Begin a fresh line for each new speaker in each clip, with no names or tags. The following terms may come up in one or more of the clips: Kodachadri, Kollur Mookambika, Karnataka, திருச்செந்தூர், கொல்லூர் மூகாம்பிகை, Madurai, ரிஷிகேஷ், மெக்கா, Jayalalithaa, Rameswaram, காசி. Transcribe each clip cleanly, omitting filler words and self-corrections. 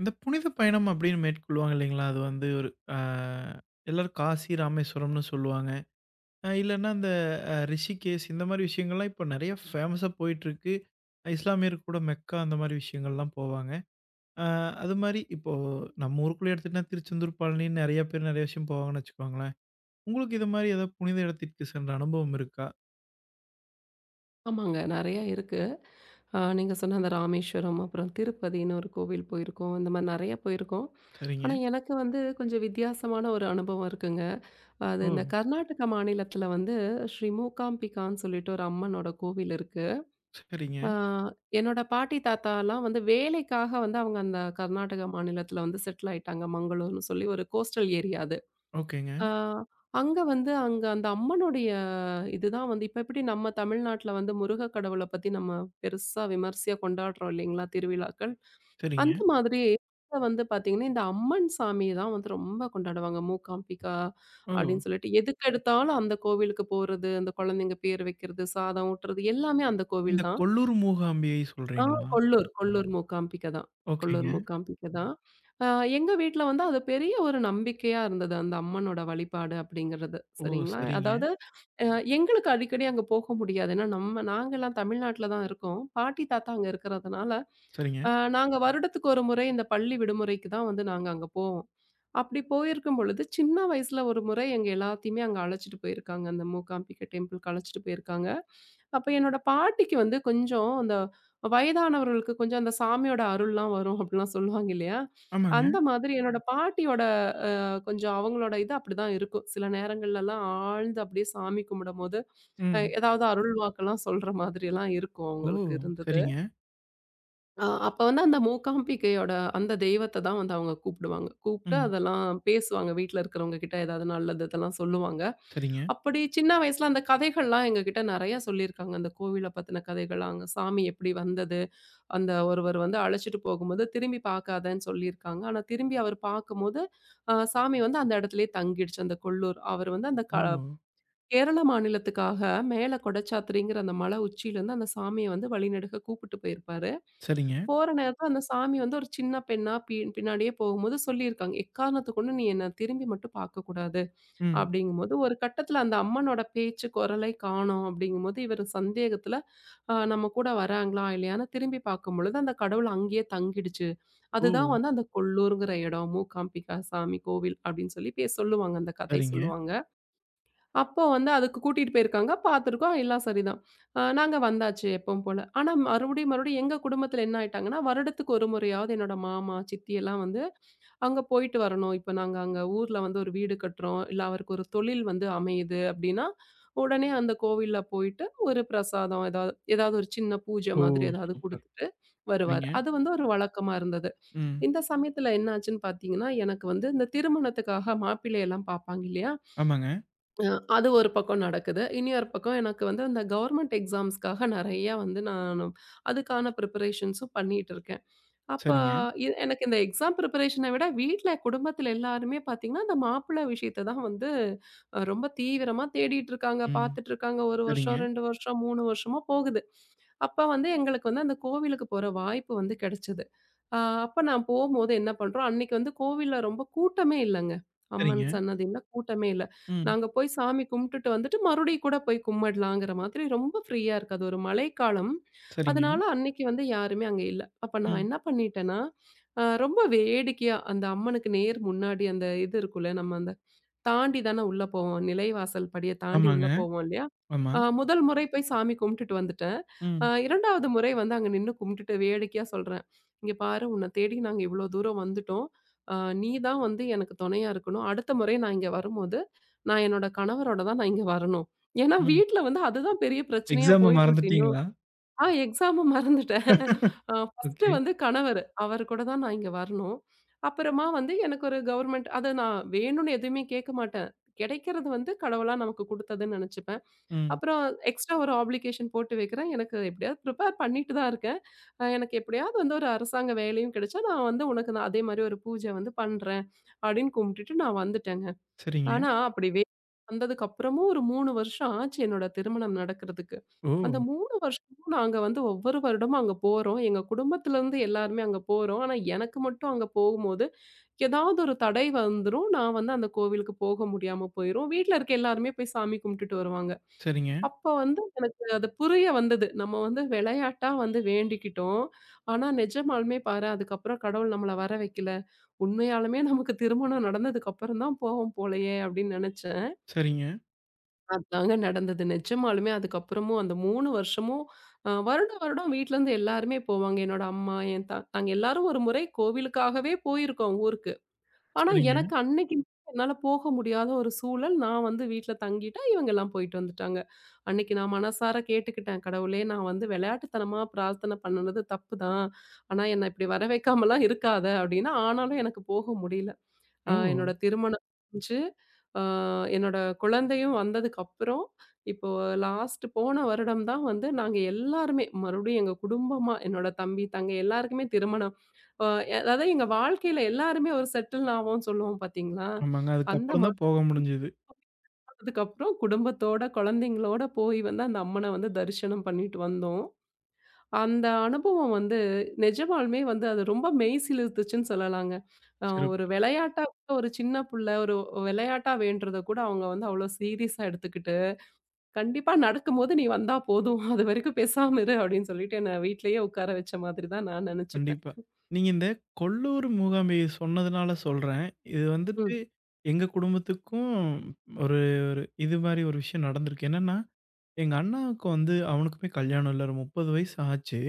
இந்த புனித பயணம் அப்படின்னு மேற்கொள்வாங்க இல்லைங்களா? அது வந்து ஒரு அ எல்லாரும் காசி, ராமேஸ்வரம்னு சொல்லுவாங்க. இல்லன்னா இந்த ரிஷிகேஷ் இந்த மாரி விஷயங்கள்லாம் இப்போ நெறைய ஃபேமஸா போயிட்டுருக்கு. இஸ்லாமியர் கூட மெக்கா அந்த மாரி விஷயங்கள்லாம் போவாங்க. அ அது மாரி இப்போ நம்ம ஊருக்குள்ளே எடுத்துக்கிட்டா திருச்செந்தூர், பழனின்னு நெறைய பேர் நெறைய விஷயம் போவாங்கன்னு வச்சுக்கோங்களேன். உங்களுக்கு இது மாரி ஏதாவது புனித இடத்திற்கு சென்ற அனுபவம் இருக்கா?
ஆமாங்க. நெறையா இருக்கு. நீங்க சொன்ன அந்த ராமேஸ்வரம், அப்புறம் திருப்பதின்னு ஒரு கோவில் போயிருக்கோம். இந்த மாரி நெறையா போயிருக்கோம்.
சரிங்க.
ஆனா, எனக்கு வந்து கொஞ்சம் வித்தியாசமான ஒரு அனுபவம் இருக்குங்க. அது
ஓ!
இந்த கர்நாடக மாநிலத்தில வந்து ஸ்ரீ மூகாம்பிகான்னு சொல்லிட்டு ஒரு அம்மனோட கோவில் இருக்கு.
சரிங்க.
அ என்னோட பாட்டி, தாத்தாலாம் வந்து வேலைக்காக வந்து அவங்க அந்த கர்நாடக மாநிலத்தில வந்து செட்டில் ஆயிட்டாங்க. மங்களூர்ன்னு சொல்லி ஒரு கோஸ்டல் ஏரியா அது.
ஓகேங்க.
அ அங்க வந்து அங்க அந்த அம்மனுடைய இதுதான் வந்து இப்ப எப்படி நம்ம தமிழ்நாட்டுல வந்து முருக கடவுளை பத்தி நம்ம பெருசா விமர்சையா கொண்டாடுறோம் இல்லைங்களா திருவிழாக்கள்.
சரிங்க.
அந்த மாதிரி இங்க வந்து பாத்தீங்கன்னா, இந்த அம்மன் சாமி தான் வந்து ரொம்ப கொண்டாடுவாங்க. மூகாம்பிகா
ஓ!
அப்படின்னு சொல்லிட்டு எதுக்கு எடுத்தாலும் அந்த கோவிலுக்கு போறது, அந்த குழந்தைங்க பேர் வைக்கிறது, சாதம் ஊட்டுறது எல்லாமே அந்த கோவில்
இந்த
தான்.
கொல்லூர் மூகாம்பிகை
ஆ,
சொல்றீங்களா?
கொல்லூர் மூகாம்பிகை தான். கொல்லூர்
ஓகேங்க.
மூகாம்பிகை தான். அ எங்க வீட்ல வந்து அது பெரிய ஒரு நம்பிக்கையா இருந்தது. அந்த அம்மனோட வழிபாடு அப்படிங்கிறது.
ஓ!
சரிங்களா?
சரிங்க.
அதாவது, அ எங்களுக்கு அடிக்கடி அங்க போக முடியாது. ஏன்னா நம்ம நாங்கலாம் தமிழ்நாட்ல தான் இருக்கோம். பாட்டி, தாத்தா அங்க இருக்கிறதுனால,
சரிங்க.
அ நாங்க வருடத்துக்கு ஒரு முறை இந்த பள்ளி விடுமுறைக்கு தான் வந்து நாங்க அங்க போவோம். அப்படி போயிருக்கும் பொழுது, சின்ன வயசுல ஒரு முறை எங்க எல்லாத்தையுமே அங்க அழைச்சிட்டு போயிருக்காங்க. அந்த மூகாம்பிகை டெம்பிள்க்கு அழைச்சிட்டு போயிருக்காங்க. அப்ப என்னோட பாட்டிக்கு வந்து கொஞ்சம் அந்த வயதானவர்களுக்கு கொஞ்சம் அந்த சாமியோட அருள்லாம் வரும் அப்படிலாம் சொல்லுவாங்க இல்லையா?
ஆமாங்க.
அந்த மாதிரி என்னோட பாட்டியோட அ கொஞ்சம் அவங்களோட இது அப்படிதான் இருக்கும். சில நேரங்கள்லலாம் ஆழ்ந்து அப்படியே சாமி கும்பிடும்போது,
ம்.
ஏதாவது அருள் வாக்கெல்லாம் சொல்ற மாதிரிலாம் இருக்கும்
ஓ!
அவங்களுக்கு இருந்தது.
சரிங்க.
அப்ப வந்து அந்த மூகாம்பிகையோட அந்த தெய்வத்த தான் வந்து அவங்க கூப்பிடுவாங்க. கூப்பிட்டு
ம்.
அதெல்லாம் பேசுவாங்க. வீட்ல இருக்கிறவங்க கிட்ட ஏதாவது நல்லது இதெல்லாம் சொல்லுவாங்க.
சரிங்க.
அப்படி சின்ன வயசுல அந்த கதைகள்லாம் எங்ககிட்ட நெறைய சொல்லியிருக்காங்க. அந்த கோவில பத்தின கதைகள், அங்க சாமி எப்படி வந்தது? அந்த ஒருவர் வந்து அழைச்சிட்டு போகும்போது, திரும்பி பார்க்காதன்னு சொல்லியிருக்காங்க. ஆனா திரும்பி அவர் பார்க்கும்போது, சாமி வந்து அந்த இடத்திலேயே தங்கிடுச்சு. அந்த கொல்லூர். அவர் வந்து அந்த
ஓ!
கேரள மாநிலத்துக்காக மேல கொடச்சாத்ரிங்கிற அந்த மலை உச்சியிலேருந்து அந்த சாமிய வந்து வழிநெடுக கூப்பிட்டு போயிருப்பாரு.
சரிங்க.
போற நேரத்தில அந்த சாமி வந்து ஒரு சின்ன பெண்ணா பின்னாடியே போகும்போது சொல்லியிருக்காங்க. எக்காரணத்த கொண்டும் நீ என்ன திரும்பி மட்டும் பார்க்கக்கூடாது.
ம்.
அப்படிங்கும்போது, ஒரு கட்டத்தில அந்த அம்மனோட பேச்சு, குரலை காணோம் அப்படிங்கும்போது, இவரு சந்தேகத்தில நம்ம கூட வராங்களா? இல்லையான்னு திரும்பி பார்க்கும்பொழுது, அந்த கடவுள் அங்கேயே தங்கிடுச்சு.
ஓ!
அதுதான் வந்து அந்த கொல்லூர்ங்கிற இடம். மூகாம்பிகா சாமி கோவில் அப்படின்னு சொல்லி சொல்லுவாங்க. அந்த கதை
சரிங்க.
சொல்லுவாங்க. அப்போ வந்து அதுக்கு கூட்டிட்டு போயிருக்காங்க. பார்த்துருக்கோம். எல்லாம் சரிதான். நாங்க வந்தாச்சு எப்பவும் போல. ஆனா மறுபடியும் மறுபடியும் எங்க குடும்பத்தில என்ன ஆயிட்டாங்கன்னா, வருடத்துக்கு ஒரு முறையாவது என்னோட மாமா, சித்தி எல்லாம் வந்து அங்க போயிட்டு வரணும். இப்ப நாங்க அங்க ஊர்ல வந்து ஒரு வீடு கட்டுறோம். இல்ல அவருக்கு ஒரு தொழில் வந்து அமையுது அப்டின்னா, உடனே அந்த கோவில்ல போயிட்டு ஒரு பிரசாதம் ஏதாவது ஏதாவது ஒரு சின்ன பூஜை
ஓ!
மாதிரி ஏதாவது
சூப்பர்.
குடுத்துட்டு வருவாரு.
சரிங்க.
அது வந்து ஒரு வழக்கமா இருந்தது.
ம்.
இந்த சமயத்துல என்னாச்சுன்னு பார்த்தீங்கன்னா, எனக்கு வந்து இந்த திருமணத்துக்காக மாப்பிள்ளையெல்லாம் பார்ப்பாங்க இல்லையா?
ஆமாங்க.
அ அது ஒரு பக்கம் நடக்குது. இனி ஒரு பக்கம் எனக்கு வந்து அந்த கவர்மெண்ட் எக்ஸாம்ஸ்க்காக நெறையா வந்து நானு அதுக்கான ப்ரிப்பரேஷன்ஸும் பண்ணிட்டு இருக்கேன். அப்ப
சரிங்க.
எனக்கு இந்த எக்ஸாம் ப்ரிப்பரேஷன விட வீட்ல குடும்பத்தில எல்லாருமே பார்த்தீங்கன்னா, இந்த மாப்பிள்ளை விஷயத்த தான் வந்து ரொம்ப தீவிரமா தேடிட்டு இருக்காங்க,
ம்.
பார்த்துட்டு இருக்காங்க. 1
சரிங்க.
வருஷம், 2 வருஷம், 3 வருஷமா போகுது. அப்ப வந்து எங்களுக்கு வந்து அந்த கோவிலுக்கு போற வாய்ப்பு வந்து கிடைச்சது. அ அப்ப நான் போம்போது என்ன பண்றோம், அன்னைக்கு வந்து கோவில்ல ரொம்ப கூட்டமே இல்லங்க. அம்மன்
சரிங்க.
சன்னதில கூட்டமே இல்ல.
ம்.
நாங்க போய் சாமி கும்பிட்டுட்டு வந்துட்டு மறுபடியும் கூட போய் கும்பிடலாங்கிற மாதிரி ரொம்ப ஃப்ரீயா இருக்கு. அது ஒரு மழைக்காலம்.
சரிங்க.
அதனால அன்னைக்கு வந்து யாருமே அங்க இல்ல. அப்ப நான்
ம்.
என்ன பண்ணிட்டேன்னா, ரொம்ப வேடிக்கையா அந்த அம்மனுக்கு நேர் முன்னாடி அந்த இது இருக்கும்ல, நம்ம அந்த தாண்டி தானே உள்ள போவோம். நிலைவாசல் படிய தாண்டி உள்ள
ஆமாங்க.
போவோம் இல்லையா?
ஆமா.
முதல் முறை போய் சாமி கும்பிட்டுட்டு வந்துட்டேன். அ
ம்.
2வது முறை வந்து அங்க நின்னு கும்பிட்டுட்டு வேடிக்கையா சொல்றேன். "இங்க பாரு உன்ன தேடி நாங்க இவ்ளோ தூரம் வந்துட்டோம். அ நீ தான் வந்து எனக்கு துணையா இருக்கணும். அடுத்த முறை நான் இங்க வரும்போது, நான் என்னோட கணவரோட தான் நான் இங்க வரணும்." ஏன்னா
ம்.
வீட்ல வந்து அதுதான் பெரிய பிரச்சனையா
எக்ஸாம
போயிட்டுருக்கு.
மறந்துட்டீங்களா?
ஆ, எக்ஸாம மறந்துட்டேன். First
okay.
வந்து கணவர். அவர் கூட தான் நான் இங்க வரணும். அப்புறமா வந்து எனக்கு ஒரு கவர்மெண்ட் அத நான் வேணும்னு எதுவுமே கேட்க மாட்டேன். கிடைக்கிறது வந்து கடவுளா நமக்கு குடுத்ததுன்னு நெனச்சுப்பேன்.
ம்.
அப்புறம் எக்ஸ்ட்ரா ஒரு ஆப்ளிகேஷன் போட்டு வைக்கிறேன். எனக்கு எப்படியாவது ப்ரிப்பேர் பண்ணிட்டு தான் இருக்கேன். எனக்கு எப்படியாவது வந்து ஒரு அரசாங்க வேலையும் கிடைச்சா, நான் வந்து உனக்கு நான் அதே மாரி ஒரு பூஜை வந்து பண்றேன். அப்படின்னு கும்பிட்டுட்டு நான் வந்துட்டேங்க.
சரிங்க.
ஆனா, அப்படி வந்ததுக்கு அப்புறமும் ஒரு 3 வருஷம் ஆச்சு என்னோட திருமணம் நடக்கிறதுக்கு.
ஓ!
அந்த 3 வருஷமும் நாங்க வந்து ஒவ்வொரு வருடமும் அங்க போறோம். எங்க குடும்பத்திலருந்து எல்லாருமே அங்க போறோம். ஆனா, எனக்கு மட்டும் அங்க போகும்போது, ஏதாவது ஒரு தடை வந்துரும். நான் வந்து அந்த கோவிலுக்கு போக முடியாம போயிரும். வீட்ல இருக்க எல்லாருமே போய் சாமி கும்பிட்டுட்டு வருவாங்க.
சரிங்க.
அப்ப வந்து எனக்கு அது புரிய வந்தது. நம்ம வந்து விளையாட்டா வந்து வேண்டிக்கிட்டோம். ஆனா, நிஜமாலுமே பாரேன் அதுக்கப்புறம் கடவுள் நம்மள வர வைக்கல. உண்மையாலுமே நமக்கு திருமணம் நடந்ததுக்கு அப்புறம் தான் போவோம் போலயே அப்படின்னு நினைச்சேன்.
சரிங்க.
அதாங்க நடந்தது. நிஜமாலுமே அதுக்கப்புறமும் அந்த 3 வருஷமும் வருடம் வருடம் வீட்லருந்து எல்லாருமே போவாங்க. என்னோட அம்மா, என் நாங்க எல்லாரும் ஒரு முறை கோவிலுக்காகவே போயிருக்கோம் ஊருக்கு. ஆனா
சரிங்க.
எனக்கு அன்னைக்கு என்னால போக முடியாத ஒரு சூழல். நான் வந்து வீட்ல தங்கிட்டேன். இவங்கலாம் போயிட்டு வந்துட்டாங்க. அன்னைக்கு நான் மனசார கேட்டுக்கிட்டேன். கடவுளே நான் வந்து விளையாட்டுத்தனமா பிரார்த்தனை பண்ணுனது தப்பு தான். ஆனா என்ன இப்படி வர வைக்காமலாம் இருக்காத அப்படின்னு. ஆனாலும் எனக்கு போக முடியல.
ஓ!
என்னோட திருமணம் முடிஞ்சு, அ என்னோட குழந்தையும் வந்ததுக்கப்புறம், இப்போ லாஸ்ட் போன வருடம் தான் வந்து நாங்க எல்லாருமே மறுபடியும் எங்க குடும்பமா, என்னோட தம்பி, தங்கை எல்லாருக்குமே திருமணம் அ அதாவது எங்க வாழ்க்கையில எல்லாருமே ஒரு செட்டில் ஆவோம்ன்னு சொல்லுவோம் பார்த்தீங்களா?
ஆமாங்க.
அந்த
அதுக்கப்புறம் தான் போக முடிஞ்சது.
மாசத்துக்கு அப்புறம் குடும்பத்தோட, குழந்தைங்களோட போய் வந்து அந்த அம்மன வந்து தரிசனம் பண்ணிட்டு வந்தோம். அந்த அனுபவம் வந்து நிஜமாலுமே வந்து அது ரொம்ப மெய் சிலிர்த்துச்சுன்னு சொல்லலாங்க. அ ஒரு
சிறப்பு.
விளையாட்டா கூட ஒரு சின்ன புள்ள ஒரு விளையாட்டா வேண்டுறத கூட அவங்க வந்து அவ்ளோ சீரியஸா எடுத்துக்கிட்டு, "கண்டிப்பா நடக்கும்போது நீ வந்தா போதும். அதுவரைக்கும் பேசாம இரு" அப்படின்னு சொல்லிட்டு என்ன வீட்லயே உட்கார வச்ச மாதிரி தான் நான் நெனச்சுப்பேன்.
கண்டிப்பா. நீங்க இந்த கொல்லூர் மூகாம்பிகை சொன்னதுனால சொல்றேன். இது வந்துட்டு
ம்.
எங்க குடும்பத்துக்கும் ஒரு ஒரு இது மாரி ஒரு விஷயம் நடந்திருக்கு. என்னன்னா, எங்க அண்ணாவுக்கு வந்து அவனுக்குமே கல்யாணம் இல்ல. ஒரு 30 வயசு ஆச்சு.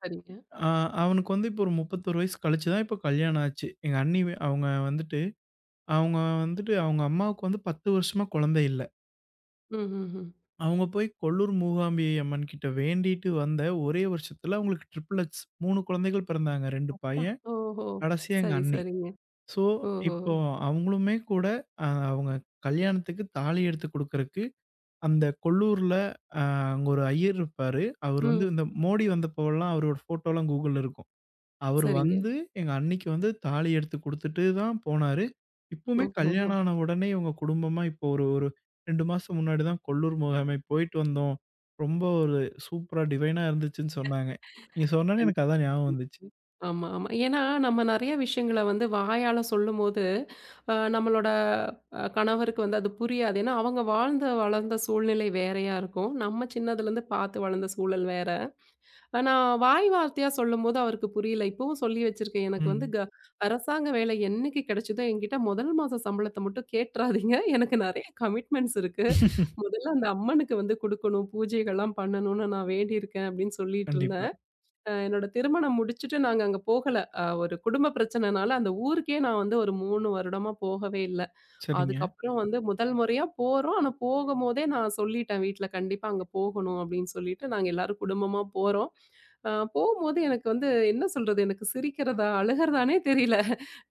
சரிங்க.
ஆ அவனுக்கு வந்து இப்போ ஒரு 31 வயசு கழிச்சு தான் இப்போ கல்யாணம் ஆச்சு. எங்க அண்ணி அவங்க வந்துட்டு அவங்க அவங்க அம்மாவுக்கு வந்து 10 வருஷமா குழந்தை இல்ல.
ம், ம், ம்.
அவங்க போய் கொல்லூர் மூகாம்பிகை அம்மன் கிட்ட வேண்டிட்டு வந்த ஒரே வருஷத்துல அவங்களுக்கு ட்ரிபிள் எக்ஸ் 3 குழந்தைகள் பிறந்தாங்க. 2 பையன்,
ஓஹோ!
கடைசியா எங்க
சரி,
அண்ணி.
சரிங்க.
ஸோ,
ஓஹோ!
இப்போ அவங்களுமே கூட அவங்க கல்யாணத்துக்கு தாலி எடுத்து குடுக்கறக்கு, அந்த கொல்லூர்ல அ அங்க ஒரு ஐயர் இருப்பாரு. அவரு
ம்.
வந்து இந்த மோடி வந்தப்போலாம் அவரோட ஃபோட்டோலாம் கூகுள்ல இருக்கும். அவரு
சரிங்க.
வந்து எங்க அண்ணிக்கு வந்து தாலி எடுத்து குடுத்துட்டு தான் போனாரு. இப்பவுமே
ஓஹோஹோ!
கல்யாணம் ஆன உடனே இவங்க குடும்பமா இப்போ ஒரு ஒரு 2 மாசம் முன்னாடி தான் கொல்லூர் மூகாமை போயிட்டு வந்தோம். ரொம்ப ஒரு சூப்பரா டிவைனா இருந்துச்சுன்னு சொன்னாங்க. நீங்க சொன்னோனே
கண்டிப்பா,
எனக்கு அதான் ஞாபகம்
கண்டிப்பா.
வந்துச்சு.
ஆமா, ஆமா. ஏன்னா, நம்ம நெறைய விஷயங்கள வந்து வாயால சொல்லும்போது, நம்மளோட கணவருக்கு வந்து அது புரியாது. ஏன்னா, அவங்க வாழ்ந்த, வளர்ந்த சூழ்நிலை வேறையா இருக்கும். நம்ம சின்னதுலேருந்து பார்த்து வளர்ந்த சூழல் வேற. ஆனா, வாய் வார்த்தையா சொல்லும்போது அவருக்கு புரியல. இப்பவும் சொல்லி வச்சிருக்கேன். எனக்கு வந்து
ம்.
அரசாங்க வேலை என்னைக்கு கெடைச்சதோ, என்கிட்ட முதல் மாச சம்பளத்த மட்டும் கேட்றாதீங்க. எனக்கு நெறைய கமிட்மெண்ட்ஸ் இருக்கு. முதல்ல அந்த அம்மனுக்கு வந்து குடுக்கணும், பூஜைகள்லாம் பண்ணணும்னு நான் வேண்டியிருக்கேன் அப்படின்னு சொல்லிட்டு
கண்டிப்பா.
இருந்தேன். என்னோட திருமணம் முடிச்சுட்டு நாங்க அங்க போகல. ஒரு குடும்ப பிரச்சனைனால அந்த ஊருக்கே நான் வந்து ஒரு 3 வருடமா போகவே இல்ல.
சரிங்க.
அதுக்கப்புறம் வந்து முதல் முறையா போறோம். ஆனா போகும்போதே நான் சொல்லிட்டேன் வீட்ல கண்டிப்பா அங்க போகணும் அப்படின்னு சொல்லிட்டு நாங்க எல்லாரும் குடும்பமா போறோம். போம்போது எனக்கு வந்து என்ன சொல்றது? எனக்கு சிரிக்கிறதா, அழுகிறதானே தெரியல.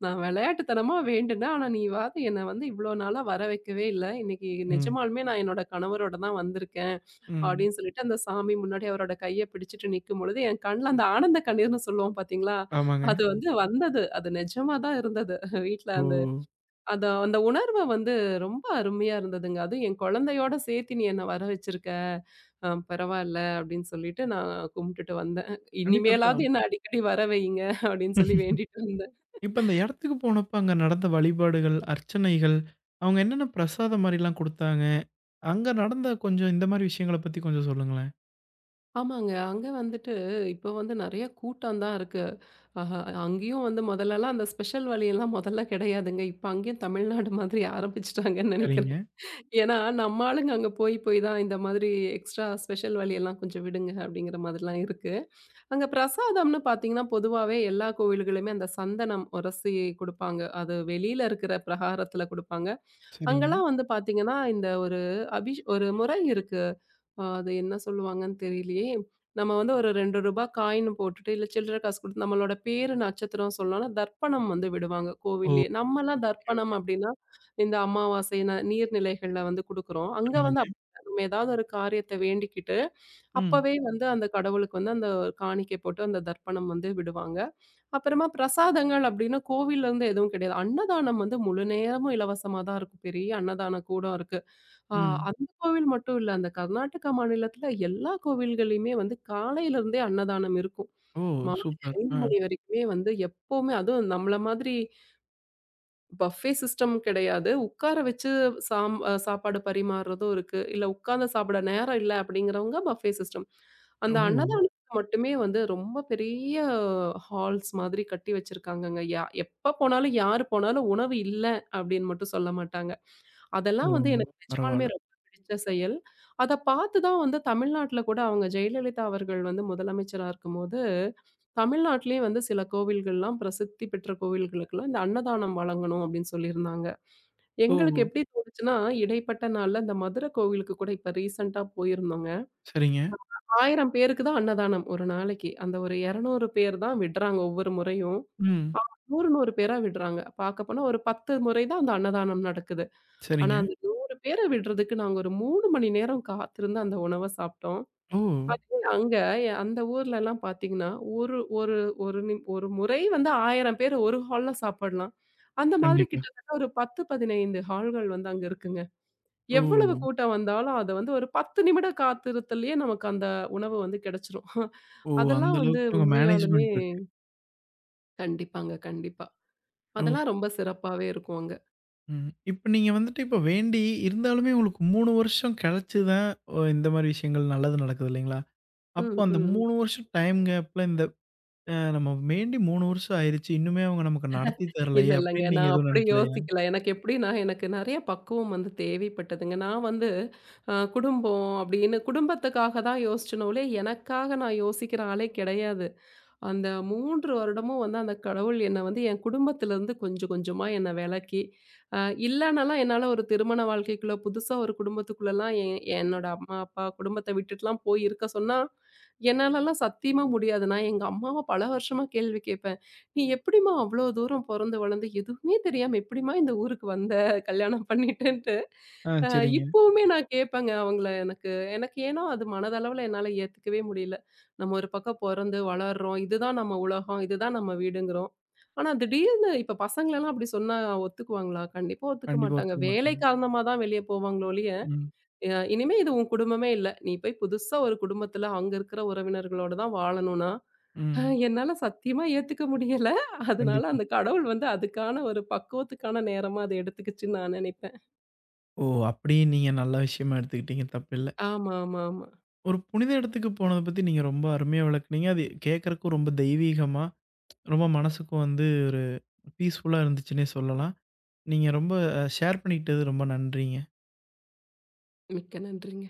நான் விளையாட்டுத்தனமா வேண்டுனேன். ஆனா நீ வாது என்ன வந்து இவ்வளோ நாளா வர வைக்கவே இல்ல. இன்னைக்கு
ம்.
நிஜமாலுமே நான் என்னோட கணவரோட தான் வந்திருக்கேன்.
ம்.
அப்படின்னு சொல்லிட்டு அந்த சாமி முன்னாடி அவரோட கைய பிடிச்சிட்டு நிக்கும்பொழுது, என் கண்ல அந்த ஆனந்த கண்ணீர்ன்னு சொல்லுவோம் பார்த்தீங்களா?
ஆமாங்க.
அது வந்து வந்தது. அது நிஜமா தான் இருந்தது. வீட்ல
ஓ!
அந்த அத அந்த உணர்வு வந்து ரொம்ப அருமையா இருந்ததுங்க. அதுவும் என் குழந்தையோட சேர்த்து "நீ என்ன வர வச்சிருக்க. பரவால்ல." அப்படின்னு சொல்லிட்டு நான் கும்பிட்டுட்டு வந்தேன்.
கண்டிப்பா இப்ப
"இனிமேலாவது என்ன அடிக்கடி வர வையுங்க." அப்படின்னு சொல்லி வேண்டிட்டு வந்தேன்.
இப்ப அந்த இடத்துக்கு போனப்ப அங்க நடந்த வழிபாடுகள், அர்ச்சனைகள், அவங்க என்னென்ன பிரசாதம் மாரிலாம் குடுத்தாங்க? அங்க நடந்த கொஞ்சம் இந்த மாரி விஷயங்கள பத்தி கொஞ்சம் சொல்லுங்களேன்.
ஆமாங்க. அங்க வந்துட்டு இப்போ வந்து நெறைய கூட்டம் தான் இருக்கு. ஆஹா, அங்கேயும் வந்து முதல்லலாம் அந்த ஸ்பெஷல் வழியெல்லாம் முதல்ல கிடையாதுங்க. இப்ப அங்கேயும் தமிழ்நாடு மாதிரி ஆரம்பிச்சுட்டாங்கன்னு நெனைக்கிறேன்.
சரிங்க,
ஏன்னா நம்ம ஆளுங்க அங்க போய் போய் தான் இந்த மாதிரி எக்ஸ்ட்ரா ஸ்பெஷல் வழியெல்லாம் கொஞ்சம் விடுங்க அப்படிங்கிற மாதிரிலாம் இருக்கு. அங்க பிரசாதம்னு பார்த்தீங்கன்னா, பொதுவாவே எல்லா கோவில்களுமே அந்த சந்தனம் உரசி குடுப்பாங்க. அது வெளியில இருக்கிற பிரகாரத்துல குடுப்பாங்க.
சரிங்க.
அங்கலாம் வந்து பார்த்தீங்கன்னா, இந்த ஒரு ஒரு முறை இருக்கு. அது என்ன சொல்லுவாங்கன்னு தெரியலையே. நம்ம வந்து ஒரு ரூ. 2 காயின் போட்டுட்டு, இல்ல சில்லற காசு குடுத்து நம்மளோட பேரு, நட்சத்திரம் சொன்னோம்னா, தர்ப்பணம் வந்து விடுவாங்க
ஓ!
கோவில்லயே. நம்மலாம்
ஓகே,
தர்ப்பணம்
ஓகே.
அப்படின்னா, இந்த அமாவாசை நீர்நிலைகள்ல வந்து குடுக்குறோம். அங்க வந்து
ஆமாங்க.
அப்படி இல்ல. நம்ம ஏதாவது ஒரு காரியத்த வேண்டிக்கிட்டு,
ம்,
அப்பவே வந்து அந்த கடவுளுக்கு வந்து அந்த காணிக்கை போட்டு அந்த தர்ப்பணம் வந்து விடுவாங்க. அப்புறமா பிரசாதங்கள் அப்படின்னா கோவில்ல இருந்து எதுவும் கிடையாது. அன்னதானம் வந்து முழு நேரமும் இலவசமா தான் இருக்கும். பெரிய அன்னதான கூடம் இருக்கு. ஆ,
ம்.
அந்த கோவில் மட்டும் இல்ல. அந்த கர்நாடகா மாநிலத்தில எல்லா கோவில்கள்லயுமே வந்து காலையில இருந்தே அன்னதானம் இருக்கும்.
ஓ!
மாலை
சூப்பர்.
5
ஆ.
மணி வரைக்குமே வந்து எப்பவுமே அதுவும் நம்மள மாதிரி பஃபே சிஸ்டம் கிடையாது. உட்கார வச்சு சாம் அ சாப்பாடு பரிமாறுறதும் இருக்கு. இல்ல உட்கார்ந்து சாப்பிட நேரம் இல்ல அப்படிங்கிறவங்க பஃபே சிஸ்டம்.
ஓ!
அந்த அன்னதானத்துக்கு மட்டுமே வந்து ரொம்ப பெரிய ஹால்ஸ் மாதிரி கட்டி வச்சிருக்காங்கங்க. எப்ப போனாலும், யாரு போனாலும் உணவு இல்ல அப்படின்னு மட்டும் சொல்ல மாட்டாங்க. அதெல்லாம் வந்து
ஓ!
எனக்கு
பரவால்ல.
நிஜமாலுமே ரொம்ப பிடிச்ச செயல். அத பார்த்து தான் வந்து தமிழ்நாட்டுல கூட அவங்க ஜெயலலிதா அவர்கள் வந்து முதலமைச்சரா இருக்கும்போது தமிழ்நாட்டிலேயே வந்து சில கோவில்கள்லாம் பிரசித்தி பெற்ற கோவில்களுக்கெல்லாம் இந்த அன்னதானம் வழங்கணும் அப்படின்னு சொல்லியிருந்தாங்க.
ஓ!
எங்களுக்கு எப்படி தோணுச்சுன்னா, இடைப்பட்ட நாள்ல இந்த மதுரை கோவிலுக்கு கூட இப்ப ரீசென்ட்டா போயிருந்தோங்க.
சரிங்க.
1000 பேருக்கு தான் அன்னதானம் ஒரு நாளைக்கு. அந்த ஒரு 200 பேர் தான் விடுறாங்க ஒவ்வொரு முறையும்.
ம்.
100, 100 பேரா விடுறாங்க. பார்க்க போனா ஒரு 10 முறை தான் அந்த அன்னதானம் நடக்குது. ஆனா
சரிங்க.
அந்த 100 பேர விடுறதுக்கு நாங்க ஒரு 3 மணி நேரம் காத்திருந்து அந்த உணவ சாப்பிட்டோம்.
ஓ!
பாத்தீங்கன்னா, அங்க அந்த ஊர்லலாம் பாத்தீங்கன்னா, ஒரு ஒரு ஒரு நிம் ஒரு முறை வந்து 1000 பேர் ஒரு ஹால்ல சாப்பிடலாம். அந்த மாதிரி
கண்டிப்பா.
கிட்டத்தட்ட ஒரு 10, 15 ஹால்கள் வந்து அங்க இருக்குங்க.
ஓ!
எவ்வளவு கூட்டம் வந்தாலும் அத வந்து ஒரு 10 நிமிட காத்திருத்தலயே நமக்கு அந்த உணவு வந்து கிடைச்சிரும்.
ஓ! அந்த
அதெல்லாம் வந்து
அளவுக்கு அங்க
உண்மையாலுமே
மேனேஜ்மென்ட் இருக்கு.
கண்டிப்பாங்க, கண்டிப்பா.
ஓ!
அதெல்லாம் ரொம்ப சிறப்பாவே இருக்கும் அங்க.
ம். இப்ப நீங்க வந்துட்டு இப்ப வேண்டி, இருந்தாலுமே உங்களுக்கு 3 வருஷம் கழிச்சு தான் இந்த மாரி விஷயங்கள் நல்லது நடக்குது இல்லைங்களா? அப்போ
ம்,
அந்த
ம்.
3 வருஷம் டைம் கேப்ல இந்த நம்ம வேண்டி 3 வருஷம் ஆயிருச்சு. இன்னுமே அவங்க நமக்கு நடத்தி
இல்ல
தரலையே
இல்லங்க.
அப்படின்னு நீங்க
நான்
எதுவும்
அப்படி
நெனைக்கலையா?
யோசிக்கல. எனக்கு எப்படின்னா, எனக்கு நெறைய பக்குவம் வந்து தேவைப்பட்டதுங்க. நான் வந்து குடும்பம் அப்படின்னு குடும்பத்துக்காக தான் யோசிச்சேனே ஒழிய, எனக்காக நான் யோசிக்கிற ஆளே கிடையாது. அந்த 3 வருடமும் வந்து அந்த கடவுள் என்ன வந்து என் குடும்பத்திலருந்து கொஞ்சம் கொஞ்சமா என்ன விலக்கி, அ இல்லனாலாம் என்னால ஒரு திருமண வாழ்க்கைக்குள்ள புதுசா ஒரு குடும்பத்துக்குள்ளலாம் என்னோட அம்மா, அப்பா குடும்பத்த விட்டுட்டுலாம் போய் இருக்க சொன்னா, என்னாலலாம் சத்தியமா முடியாது. நான் எங்க அம்மாவ பல வருஷமா கேள்வி கேட்பேன். "நீ எப்படிம்மா அவ்ளோ தூரம் பொறந்து, வளர்ந்து எதுவுமே தெரியாம எப்படிம்மா இந்த ஊருக்கு வந்த? கல்யாணம் பண்ணிட்டுன்ட்டு"
ஆ
அ
சரிங்க.
இப்பவுமே நான் கேட்பேங்க அவங்கள எனக்கு எனக்கு ஏனோ அது மனதளவுல என்னால ஏத்துக்கவே முடியல. நம்ம ஒரு பக்கம் பொறந்து வளர்றோம். இதுதான் நம்ம உலகம். இதுதான் நம்ம வீடுங்கிறோம். ஆனா திடீர்னு இப்ப பசங்களலாம் அப்படி சொன்னா ஒத்துக்குவாங்களா? கண்டிப்பா ஒத்துக்க
கண்டிப்பா
மாட்டாங்க.
ஒத்துக்க
வேலை
மாட்டாங்க.
காரணமா தான் வெளிய போவாங்களோ ஒழிய,
ம்,
இனிமே இது உன் குடும்பமே இல்ல. நீ போய் புதுசா ஒரு குடும்பத்துல அங்க இருக்கிற உறவினர்களோட தான் வாழணும்னா,
ம்.
என்னால சத்தியமா ஏத்துக்க முடியல. அதனால
கண்டிப்பா.
அந்த கடவுள் வந்து அதுக்கான ஒரு பக்குவத்துக்கான நேரமா அத எடுத்துக்கிச்சுன்னு நான் நெனைப்பேன்.
ஓ! அப்படியே நீங்க நல்ல விஷயமா எடுத்துக்கிட்டீங்க. தப்பில்ல.
ஆமா, ஆமா, ஆமா.
ஒரு புனித இடத்துக்கு போனத பத்தி நீங்க ரொம்ப அருமையா விளக்குனீங்க. அது கேட்கறக்கும் ரொம்ப தெய்வீகமா, ரொம்ப மனசுக்கும் வந்து ஒரு பீஸ்ஃபுல்லா இருந்துச்சுன்னே சொல்லலாம். நீங்க ரொம்ப ஷேர் பண்ணிக்கிட்டது ரொம்ப நன்றிங்க.
மிக்க நன்றிங்க.